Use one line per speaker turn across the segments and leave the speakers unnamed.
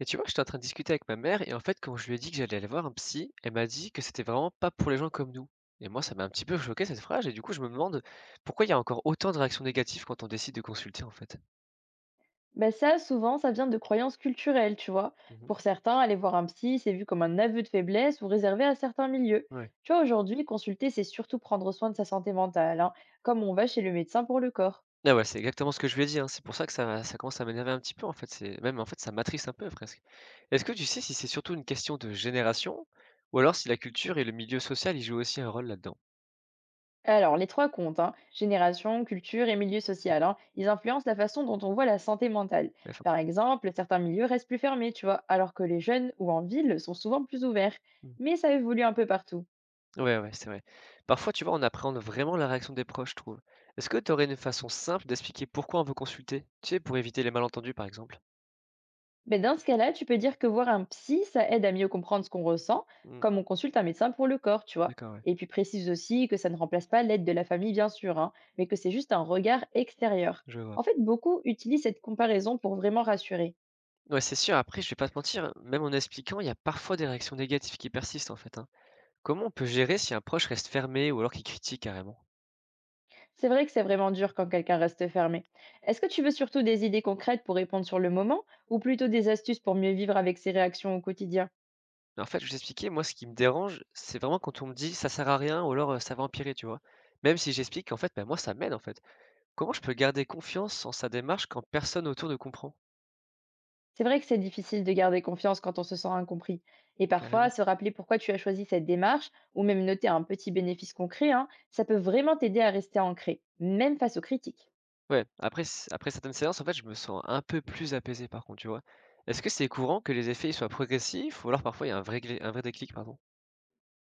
Et tu vois, j'étais en train de discuter avec ma mère et en fait, quand je lui ai dit que j'allais aller voir un psy, elle m'a dit que c'était vraiment pas pour les gens comme nous. Et moi, ça m'a un petit peu choqué cette phrase et du coup, je me demande pourquoi il y a encore autant de réactions négatives quand on décide de consulter en fait.
Ben ça, souvent, ça vient de croyances culturelles, tu vois.
Mhm.
Pour certains, aller voir un psy, c'est vu comme un aveu de faiblesse ou réservé à certains milieux.
Ouais.
Tu vois, aujourd'hui, consulter, c'est surtout prendre soin de sa santé mentale, hein, comme on va chez le médecin pour le corps.
Ah ouais, c'est exactement ce que je lui ai dit, hein. C'est pour ça que ça commence à m'énerver un petit peu en fait. C'est même en fait, ça m'attriste un peu presque. Est-ce que tu sais si c'est surtout une question de génération ou alors si la culture et le milieu social y jouent aussi un rôle là-dedans?
Alors, les trois comptes, hein, génération, culture et milieu social, hein, ils influencent la façon dont on voit la santé mentale.
F
Par exemple, certains milieux restent plus fermés, tu vois, alors que les jeunes ou en ville sont souvent plus ouverts.
un.
Mais ça évolue un peu partout.
Ouais, ouais, c'est vrai. Parfois, tu vois, on appréhende vraiment la réaction des proches, je trouve. Est-ce que tu aurais une façon simple d'expliquer pourquoi on veut consulter? Tu sais, pour éviter les malentendus, par exemple.
Mais dans ce cas-là, tu peux dire que voir un psy, ça aide à mieux comprendre ce qu'on ressent,
Mm,
comme on consulte un médecin pour le corps, tu vois.
d'accord, ouais,
Et puis précise aussi que ça ne remplace pas l'aide de la famille, bien sûr, hein, mais que c'est juste un regard extérieur.
je vois.
En fait, beaucoup utilisent cette comparaison pour vraiment rassurer.
Ouais, c'est sûr, après, je vais pas te mentir, même en expliquant, il y a parfois des réactions négatives qui persistent, en fait, hein. Comment on peut gérer si un proche reste fermé ou alors qu'il critique carrément?
C'est vrai que c'est vraiment dur quand quelqu'un reste fermé. Est-ce que tu veux surtout des idées concrètes pour répondre sur le moment, ou plutôt des astuces pour mieux vivre avec ses réactions au quotidien?
En fait, je vais t'expliquer, moi, ce qui me dérange, c'est vraiment quand on me dit ça sert à rien ou alors ça va empirer, tu vois. Même si j'explique qu'en fait, bah, moi, ça m'aide, en fait. Comment je peux garder confiance en sa démarche quand personne autour ne comprend?
C'est vrai que c'est difficile de garder confiance quand on se sent incompris. Et parfois,
Carrément.
se rappeler pourquoi tu as choisi cette démarche, ou même noter un petit bénéfice concret, hein, ça peut vraiment t'aider à rester ancré, même face aux critiques.
Ouais, après certaines séances, en fait, je me sens un peu plus apaisé par contre, tu vois? Est-ce que c'est courant que les effets, ils soient progressifs ou alors parfois il y a un vrai déclic, pardon?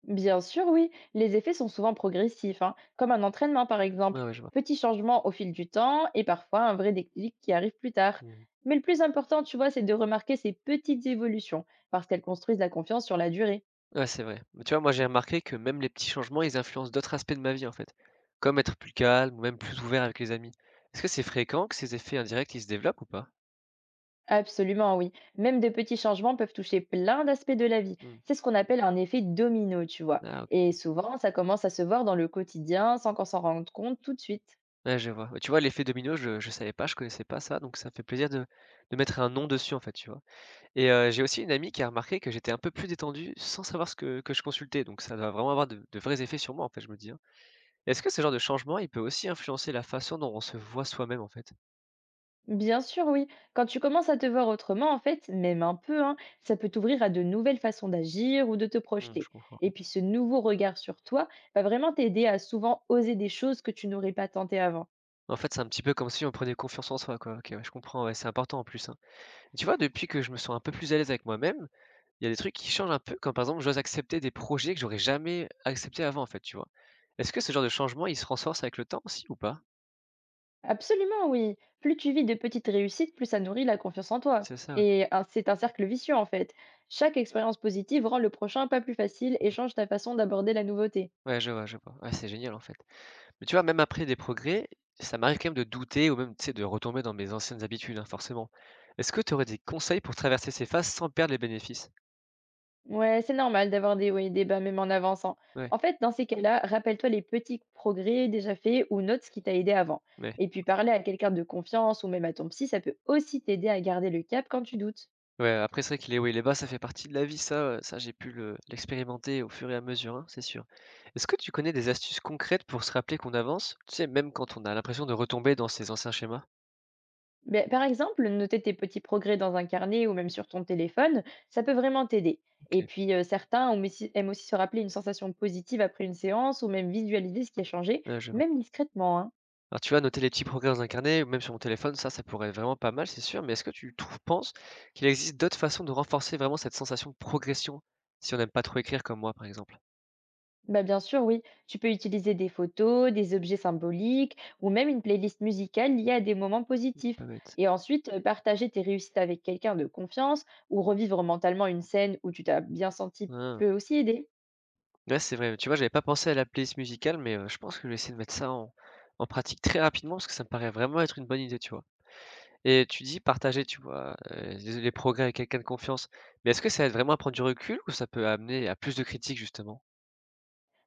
Bien sûr, oui, les effets sont souvent progressifs, hein, comme un entraînement par exemple.
Ah ouais, je vois.
Petits changements au fil du temps et parfois un vrai déclic qui arrive plus tard.
Mmh.
Mais le plus important, tu vois, c'est de remarquer ces petites évolutions, parce qu'elles construisent la confiance sur la durée.
Ouais, c'est vrai. Mais tu vois, moi, j'ai remarqué que même les petits changements, ils influencent d'autres aspects de ma vie, en fait, comme être plus calme ou même plus ouvert avec les amis. Est-ce que c'est fréquent que ces effets indirects, ils se développent ou pas?
Absolument, oui. Même de petits changements peuvent toucher plein d'aspects de la vie.
Mmh.
C'est ce qu'on appelle un effet domino, tu vois.
Ah,
Et
OK.
souvent, ça commence à se voir dans le quotidien sans qu'on s'en rende compte tout de suite.
Ouais, je vois. Ouais, tu vois, l'effet domino, je savais pas, je connaissais pas ça, donc ça me fait plaisir de mettre un nom dessus, en fait, tu vois? Et j'ai aussi une amie qui a remarqué que j'étais un peu plus détendu sans savoir ce que je consultais, donc ça doit vraiment avoir de vrais effets sur moi, en fait, je me dis, hein. Est-ce que ce genre de changement, il peut aussi influencer la façon dont on se voit soi-même, en fait?
Bien sûr, oui. Quand tu commences à te voir autrement, en fait, même un peu, hein, ça peut t'ouvrir à de nouvelles façons d'agir ou de te
Mmh,
projeter.
je comprends,
Et
ouais.
puis ce nouveau regard sur toi va vraiment t'aider à souvent oser des choses que tu n'aurais pas tentées avant.
En fait, c'est un petit peu comme si on prenait confiance en soi, quoi. OK, ouais, je comprends, ouais, c'est important, en plus, hein. Tu vois, depuis que je me sens un peu plus à l'aise avec moi-même, il y a des trucs qui changent un peu, comme, par exemple, j'ose accepter des projets que j'aurais jamais acceptés avant, en fait, tu vois? Est-ce que ce genre de changement, il se renforce avec le temps aussi ou pas?
Absolument, oui. Plus tu vis de petites réussites, plus ça nourrit la confiance en toi.
C'est ça, ouais.
C'est un cercle vicieux en fait. Chaque expérience positive rend le prochain pas plus facile et change ta façon d'aborder la nouveauté.
Ouais, je vois, je vois. Ouais, c'est génial, en fait. Mais tu vois, même après des progrès, ça m'arrive quand même de douter ou même, tu sais, de retomber dans mes anciennes habitudes, hein, forcément. Est-ce que tu aurais des conseils pour traverser ces phases sans perdre les bénéfices?
Ouais, c'est normal d'avoir des hauts et des bas même en avançant.
Ouais,
En fait, dans ces cas-là, rappelle-toi les petits progrès déjà faits ou note ce qui t'a aidé avant.
ouais,
Et puis parler à quelqu'un de confiance ou même à ton psy, ça peut aussi t'aider à garder le cap quand tu doutes.
ouais. Après, c'est vrai que les hauts et les bas, ça fait partie de la vie, ça, j'ai pu l'expérimenter au fur et à mesure, hein, c'est sûr. Est-ce que tu connais des astuces concrètes pour se rappeler qu'on avance, tu sais, même quand on a l'impression de retomber dans ces anciens schémas?
Ben, par exemple, noter tes petits progrès dans un carnet ou même sur ton téléphone, ça peut vraiment t'aider. Et
Ok,
puis, certains aiment aussi se rappeler une sensation positive après une séance ou même visualiser ce qui a changé,
ouais, je
même discrètement, hein.
Alors tu vois, noter les petits progrès dans un carnet ou même sur mon téléphone, ça pourrait être vraiment pas mal, c'est sûr. Mais est-ce que penses qu'il existe d'autres façons de renforcer vraiment cette sensation de progression si on n'aime pas trop écrire comme moi, par exemple?
Ben, bien sûr, oui, tu peux utiliser des photos, des objets symboliques ou même une playlist musicale liée à des moments
Pas
positifs.
bête.
Et ensuite, partager tes réussites avec quelqu'un de confiance ou revivre mentalement une scène où tu t'as bien senti
Ah.
peut aussi aider.
Ouais, c'est vrai. Tu vois, j'avais pas pensé à la playlist musicale, mais je pense que je vais essayer de mettre ça en, en pratique très rapidement parce que ça me paraît vraiment être une bonne idée, tu vois. Et tu dis partager, tu vois, les progrès avec quelqu'un de confiance. Mais est-ce que ça aide vraiment à prendre du recul ou ça peut amener à plus de critiques, justement?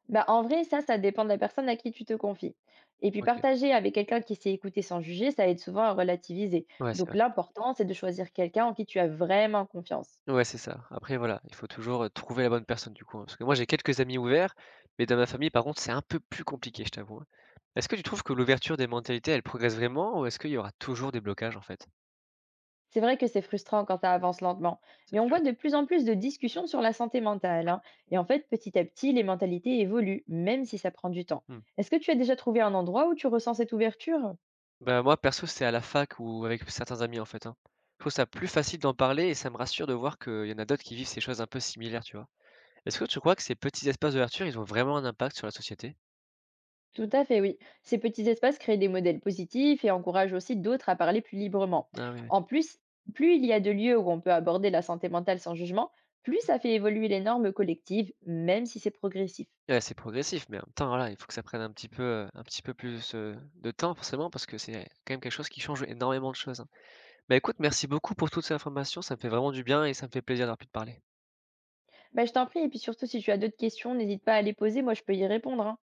Bah, en vrai, ça dépend de la personne à qui tu te confies. Et puis,
Ok.
partager avec quelqu'un qui sait écouter sans juger, ça aide souvent à relativiser.
Ouais, c'est
Donc, l'important, c'est de choisir quelqu'un en qui tu as vraiment confiance.
Ouais, c'est ça. Après voilà, il faut toujours, trouver la bonne personne du coup, hein. Parce que moi j'ai quelques amis ouverts, mais dans ma famille par contre c'est un peu plus compliqué, je t'avoue, hein. Est-ce que tu trouves que l'ouverture des mentalités, elle progresse vraiment ou est-ce qu'il y aura toujours des blocages en fait?
C'est vrai que c'est frustrant quand ça avance lentement, mais
C'est
on
sûr?
voit de plus en plus de discussions sur la santé mentale, hein. Et en fait, petit à petit, les mentalités évoluent, même si ça prend du temps.
Mmh.
Est-ce que tu as déjà trouvé un endroit où tu ressens cette ouverture?
Bah, moi perso c'est à la fac ou avec certains amis en fait, hein. Je trouve ça plus facile d'en parler et ça me rassure de voir qu'il y en a d'autres qui vivent ces choses un peu similaires, tu vois? Est-ce que tu crois que ces petits espaces d'ouverture, ils ont vraiment un impact sur la société?
Tout à fait, oui. Ces petits espaces créent des modèles positifs et encouragent aussi d'autres à parler plus librement.
Ah oui, oui.
En plus, plus il y a de lieux où on peut aborder la santé mentale sans jugement, plus ça fait évoluer les normes collectives, même si c'est progressif.
Ouais, c'est progressif, mais en même temps, voilà, il faut que ça prenne un petit peu plus, de temps forcément parce que c'est quand même quelque chose qui change énormément de choses, hein. Bah, écoute, merci beaucoup pour toutes ces informations, ça me fait vraiment du bien et ça me fait plaisir d'avoir pu te parler.
Bah, je t'en prie, et puis surtout si tu as d'autres questions, n'hésite pas à les poser, moi je peux y répondre, hein.